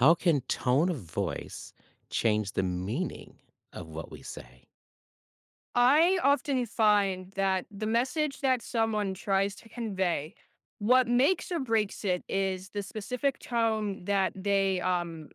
How can tone of voice change the meaning of what we say? I often find that the message that someone tries to convey, what makes or breaks it is the specific tone that they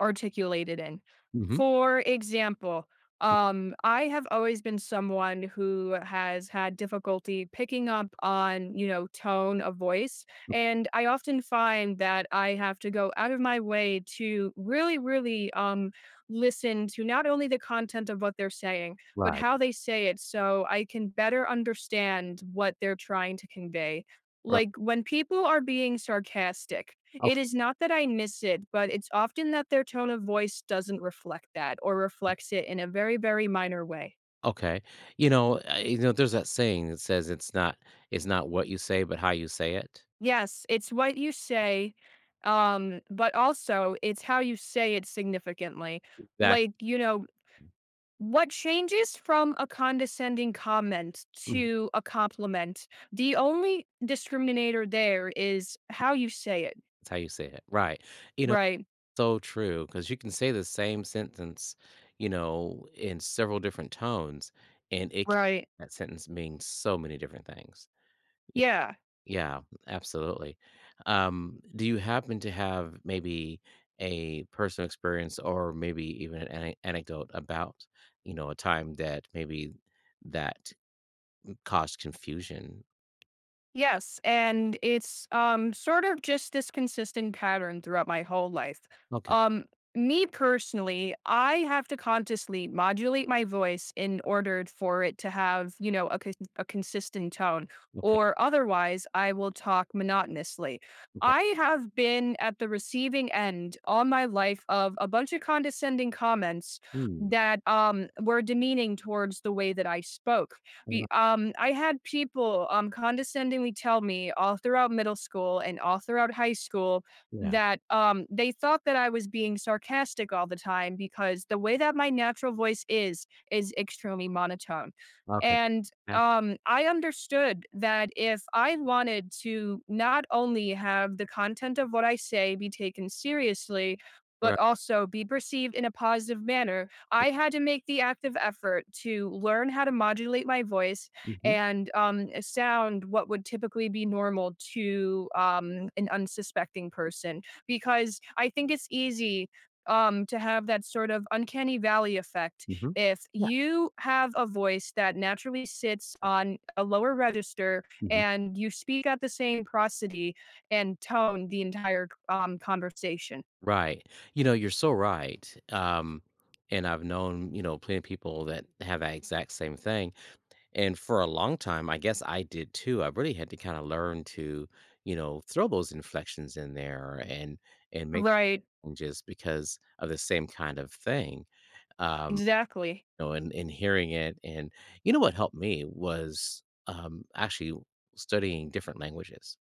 articulate it in. Hmm. For example, I have always been someone who has had difficulty picking up on, you know, tone of voice. And I often find that I have to go out of my way to really, really listen to not only the content of what they're saying, but Right. how they say it so I can better understand what they're trying to convey. Right. Like when people are being sarcastic, it Okay. is not that I miss it, but it's often that their tone of voice doesn't reflect that or reflects it in a very, very minor way. Okay. You know, there's that saying that says it's not what you say, but how you say it. Yes, it's what you say, but also it's how you say it significantly. That Like, you know, what changes from a condescending comment Mhm. to a compliment? The only discriminator there is how you say it, That's how you say it. Right. You know, right? so true because you can say the same sentence, you know, in several different tones, and Right. that sentence means so many different things. Yeah. Yeah, absolutely. Do you happen to have maybe a personal experience or maybe even an anecdote about, a time that caused confusion? Yes, and it's sort of just this consistent pattern throughout my whole life. Okay, Um Me personally, I have to consciously modulate my voice in order for it to have, you know, a consistent tone okay, or otherwise I will talk monotonously. okay. I have been at the receiving end all my life of a bunch of condescending comments Mm, that were demeaning towards the way that I spoke uh, be I had people, condescendingly tell me all throughout middle school and all throughout high school yeah, that, they thought that I was being sarcastic all the time because the way that my natural voice is extremely monotone. okay. And, that- I understood that if I wanted to not only have the content of what I say be taken seriously, Right. but also be perceived in a positive manner I had to make the active effort to learn how to modulate my voice Mm-hmm, and, sound what would typically be normal to, an unsuspecting person because I think it's easy, to have that sort of uncanny valley effect. mm-hmm. If Yeah. you have a voice that naturally sits on a lower register Mhm. and you speak at the same prosody and tone the entire, conversation. Right. You know, you're so right. And I've known, plenty of people that have that exact same thing. And for a long time, I guess I did too. I really had to kind of learn to, throw those inflections in there and make Right, changes because of the same kind of thing. Um, exactly. And hearing it, and you know what helped me was actually studying different languages.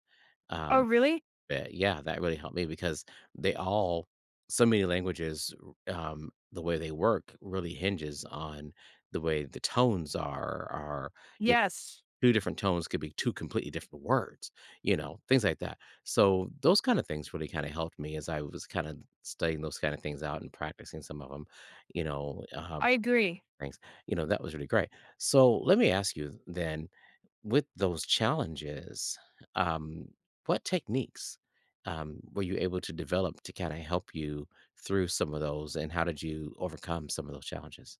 Oh, Um, really? but yeah, that really helped me because they all so many languages the way they work really hinges on the way the tones are Yes. two different tones could be two completely different words, things like that. So, those kinda things really kinda helped me as I was kinda studying those kinda things out and practicing some of them, you know, um, I agree. things. You know, that was really great. So, let me ask you then, with those challenges, um, what techniques, were you able to develop to kinda help you through some of those, and how did you overcome some of those challenges?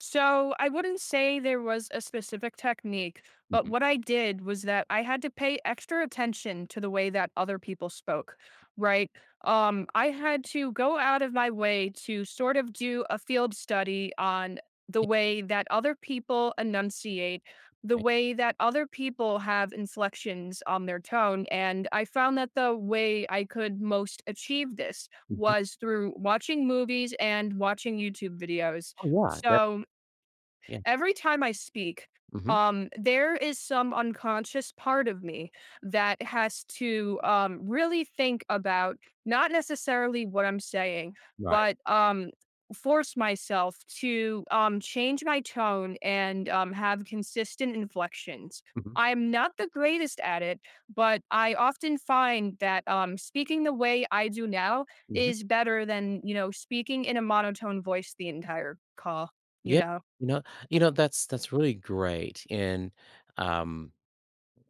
So I wouldn't say there was a specific technique, but Mhm. what I did was that I had to pay extra attention to the way that other people spoke, right? I had to go out of my way to sort of do a field study on the Yeah, way that other people enunciate, the right. way that other people have inflections on their tone. And I found that the way I could most achieve this Mhm. was through watching movies and watching YouTube videos. Oh, yeah, def So yeah. every time I speak, Mhm. There is some unconscious part of me that has to really think about not necessarily what I'm saying, Right. but force myself to change my tone and have consistent inflections. Mhm. I'm not the greatest at it, but I often find that speaking the way I do now Mhm. is better than, you know, speaking in a monotone voice the entire call, you Yeah, know? you know you know, that's really great, and, um,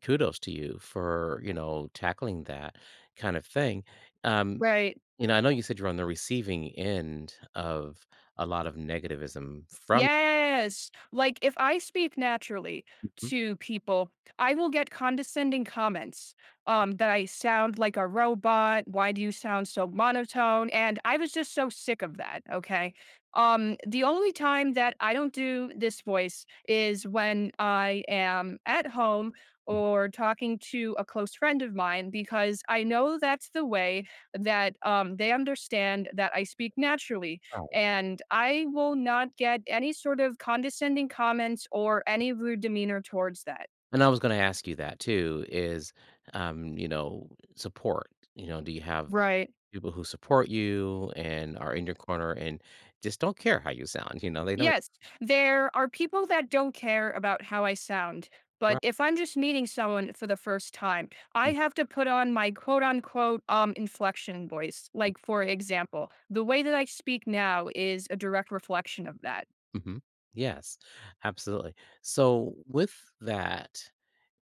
kudos to you for, tackling that kind of thing. Um, Right. I know you said you're on the receiving end of a lot of negativism from. Yes. Like, if I speak naturally Mhm. to people, I will get condescending comments, that I sound like a robot, "Why do you sound so monotone?" And I was just so sick of that, okay? The only time that I don't do this voice is when I am at home Mhm. or talking to a close friend of mine because I know that's the way that, they understand that I speak naturally and I will not get any sort of condescending comments or any rude demeanor towards that. And I was gonna ask you that too, is, um, you know, support. You know, do you have Right. people who support you and are in your corner and just don't care how you sound, they know you're. Yes, there are people that don't care about how I sound, but Right. if I'm just meeting someone for the first time, I Mm, have to put on my quote unquote inflection voice. Like for example, the way that I speak now is a direct reflection of that. mhm. Yes, absolutely. So with that,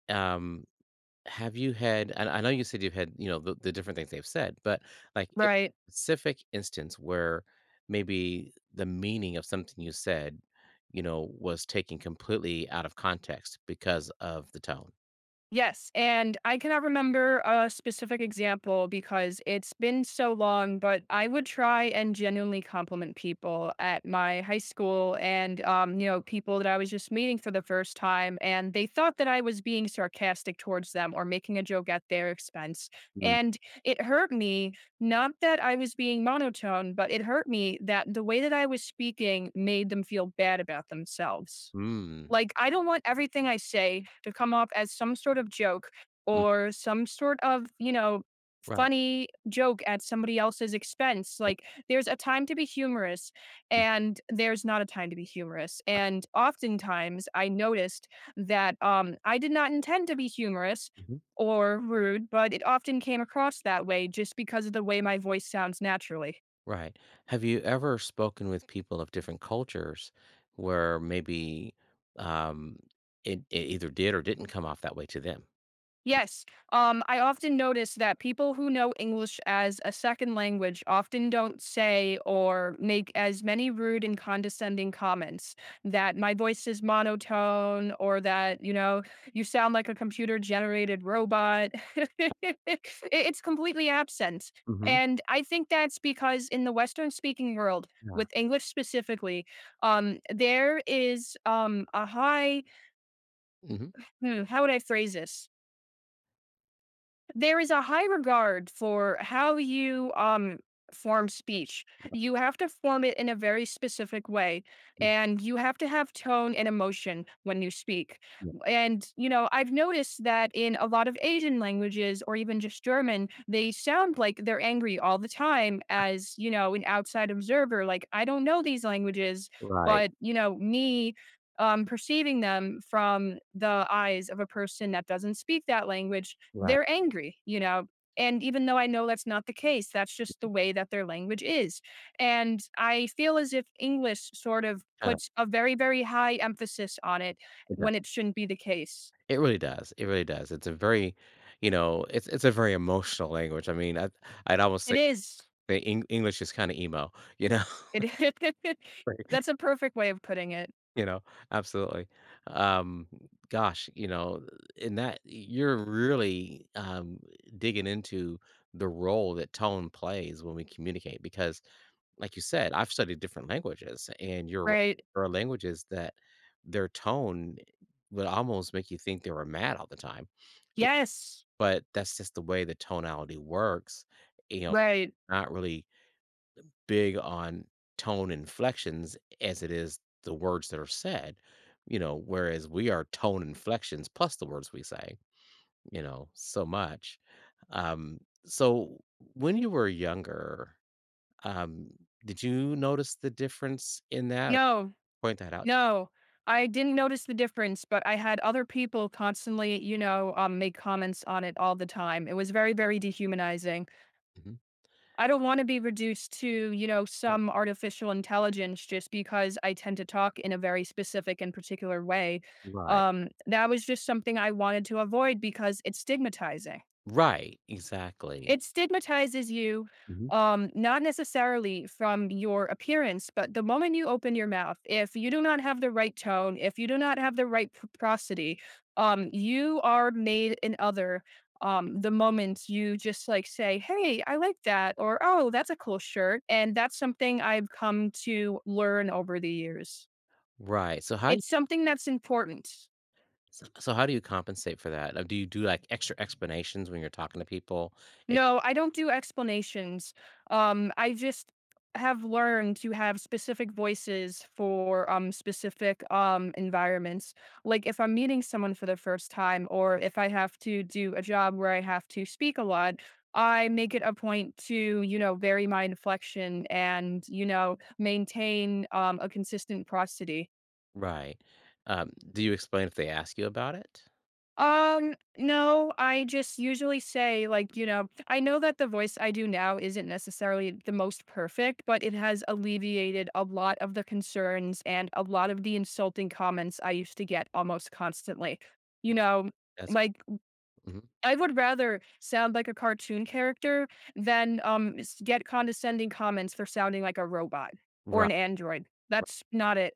um have you had, and I know you said you've had, the different things they've said, but like in Right. a specific instance where maybe the meaning of something you said, was taken completely out of context because of the tone. Yes, and I cannot remember a specific example because it's been so long, but I would try and genuinely compliment people at my high school and, you know, people that I was just meeting for the first time. And they thought that I was being sarcastic towards them or making a joke at their expense. Mm, And it hurt me, not that I was being monotone, but it hurt me that the way that I was speaking made them feel bad about themselves. mm, Like, I don't want everything I say to come off as some sort of joke mm, or some sort of, you know, right. funny joke at somebody else's expense. Yeah, Like, there's a time to be humorous mm, and there's not a time to be humorous. And oftentimes I noticed that I did not intend to be humorous mhm, or rude, but it often came across that way just because of the way my voice sounds naturally. right. Have you ever spoken with people of different cultures where maybe um, it either did or didn't come off that way to them? Yes. I often notice that people who know English as a second language often don't say or make as many rude and condescending comments that my voice is monotone or that, you know, you sound like a computer generated robot. It's completely absent. Mhm, And I think that's because in the Western speaking world, yeah. with English specifically, there is a high, Mhm. hmm, How would I phrase this? There is a high regard for how you, form speech. Yeah, You have to form it in a very specific way, mm, and you have to have tone and emotion when you speak. yeah, And, you know, I've noticed that in a lot of Asian languages or even just German, they sound like they're angry all the time as, you know, an outside observer, like, "I don't know these languages," right, but, you know, me, perceiving them from the eyes of a person that doesn't speak that language, right, they're angry, you know? And even though I know that's not the case, that's just the way that their language is. And I feel as if English sort of kinda, puts a very, very high emphasis on it it do when it shouldn't be the case. It really does, it's a very emotional language, I mean, I'd almost say It is. the English is kinda emo, you know? It That's a perfect way of putting it, You know, absolutely. Um, Gosh, you know, in that you're really, digging into the role that tone plays when we communicate because, like you said, I've studied different languages, and you're right, right? there are languages that their tone would almost make you think they were mad all the time, y Yes, but that's just the way the tonality works, you know, right. not really big on tone inflections as it is the words that are said, whereas we are tone inflections plus the words we say, so much. Um, so when you were younger, um, did you notice the difference in that or No, point that out? To no. I didn't notice the difference, but I had other people constantly, you know, make comments on it all the time. It was very, very dehumanizing. you? Mhm. I don't want to be reduced to, you know, Uh, some artificial intelligence just because I tend to talk in a very specific and particular way. Right. That was just something I wanted to avoid because it's stigmatizing. Right. Exactly. It stigmatizes you, Mhm. Not necessarily from your appearance, but the moment you open your mouth, if you do not have the right tone, if you do not have the right prosody, you are made an other. The moment you just like say, "Hey, I like that," or "Oh, that's a cool shirt." And that's something I've come to learn over the years. Right. So how do you It's something that's important. so so how do you compensate for that? Do you do like extra explanations when you're talking to people. No, I don't do explanations. I just have learned to have specific voices for specific environments. Like if I'm meeting someone for the first time or if I have to do a job where I have to speak a lot, I make it a point to, you know, vary my inflection and, you know, maintain a consistent prosody. Right. Do you explain if they ask you about it? No, I just usually say like, you know, I know that the voice I do now isn't necessarily the most perfect, but it has alleviated a lot of the concerns and a lot of the insulting comments I used to get almost constantly. You know, That's like Mhm. I would rather sound like a cartoon character than get condescending comments for sounding like a robot or Right, an android. right. That's not it.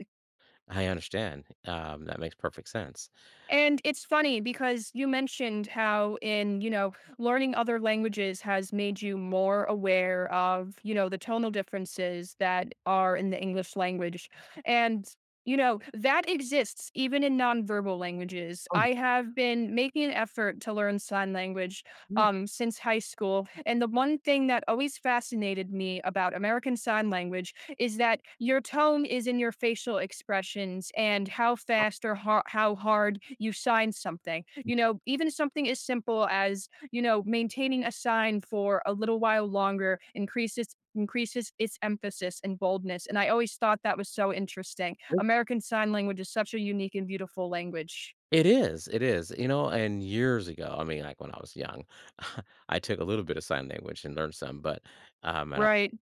I understand. That makes perfect sense. And it's funny because you mentioned how in, you know, learning other languages has made you more aware of, you know, the tonal differences that are in the English language. And, you know, that exists even in nonverbal languages. I have been making an effort to learn sign language No, since high school. And the one thing that always fascinated me about American Sign Language is that your tone is in your facial expressions and how fast or har how hard you sign something. You know, even something as simple as, you know, maintaining a sign for a little while longer increases its emphasis and boldness. And I always thought that was so interesting. it American Sign Language is such a unique and beautiful language. it is, it is, and years ago, I mean, like, when I was young, I took a little bit of sign language and learned some, but, and of Right.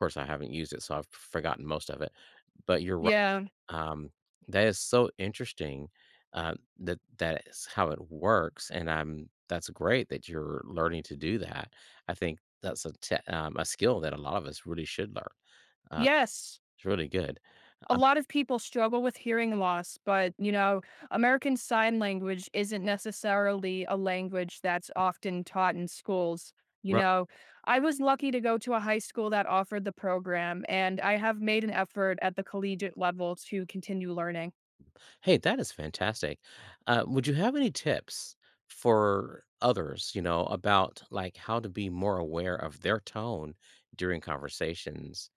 course, I haven't used it, so I've forgotten most of it, but you're. Yeah. Um, that is so interesting, that that is how it works, and I'm that's great that you're learning to do that. I think that's a te a skill that a lot of us really should learn. Uh, Yes. it's really good. A Uh, lot of people struggle with hearing loss, but you know, American Sign Language isn't necessarily a language that's often taught in schools. You ri know, I was lucky to go to a high school that offered the program, and I have made an effort at the collegiate level to continue learning. Hey, that is fantastic. Would you have any tips for others, about, like, how to be more aware of their tone during conversations?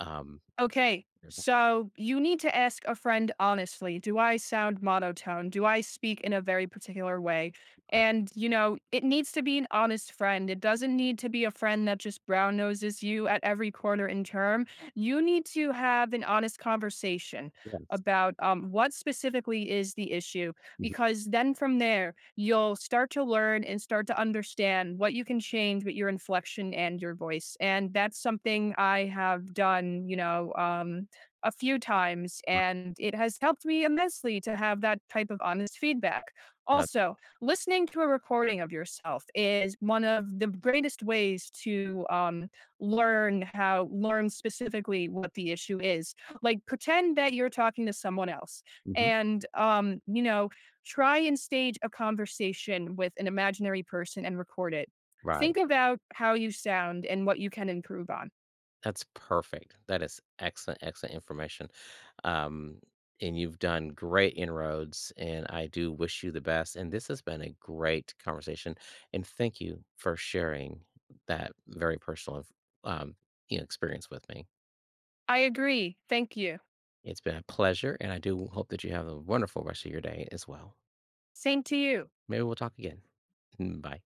Um, Okay. So you need to ask a friend honestly, do I sound monotone? Do I speak in a very particular way? Right. And, you know, it needs to be an honest friend. It doesn't need to be a friend that just brown noses you at every corner and term. You need to have an honest conversation Yes. about what specifically is the issue, Mhm. because then from there, you'll start to learn and start to understand what you can change with your inflection and your voice. And that's something I have done, you know, a few times, Right. and it has helped me immensely to have that type of honest feedback. Uh, Also, listening to a recording of yourself is one of the greatest ways to learn specifically what the issue is like pretend that you're talking to someone else mhm. and you know try and stage a conversation with an imaginary person and record it. Right. Think about how you sound and what you can improve on. That's perfect. That is excellent, excellent information. Um, and you've done great inroads, and I do wish you the best. And this has been a great conversation. And thank you for sharing that very personal um, experience with me. I agree. Thank you. It's been a pleasure, and I do hope that you have a wonderful rest of your day as well. Same to you. Maybe we'll talk again. Bye.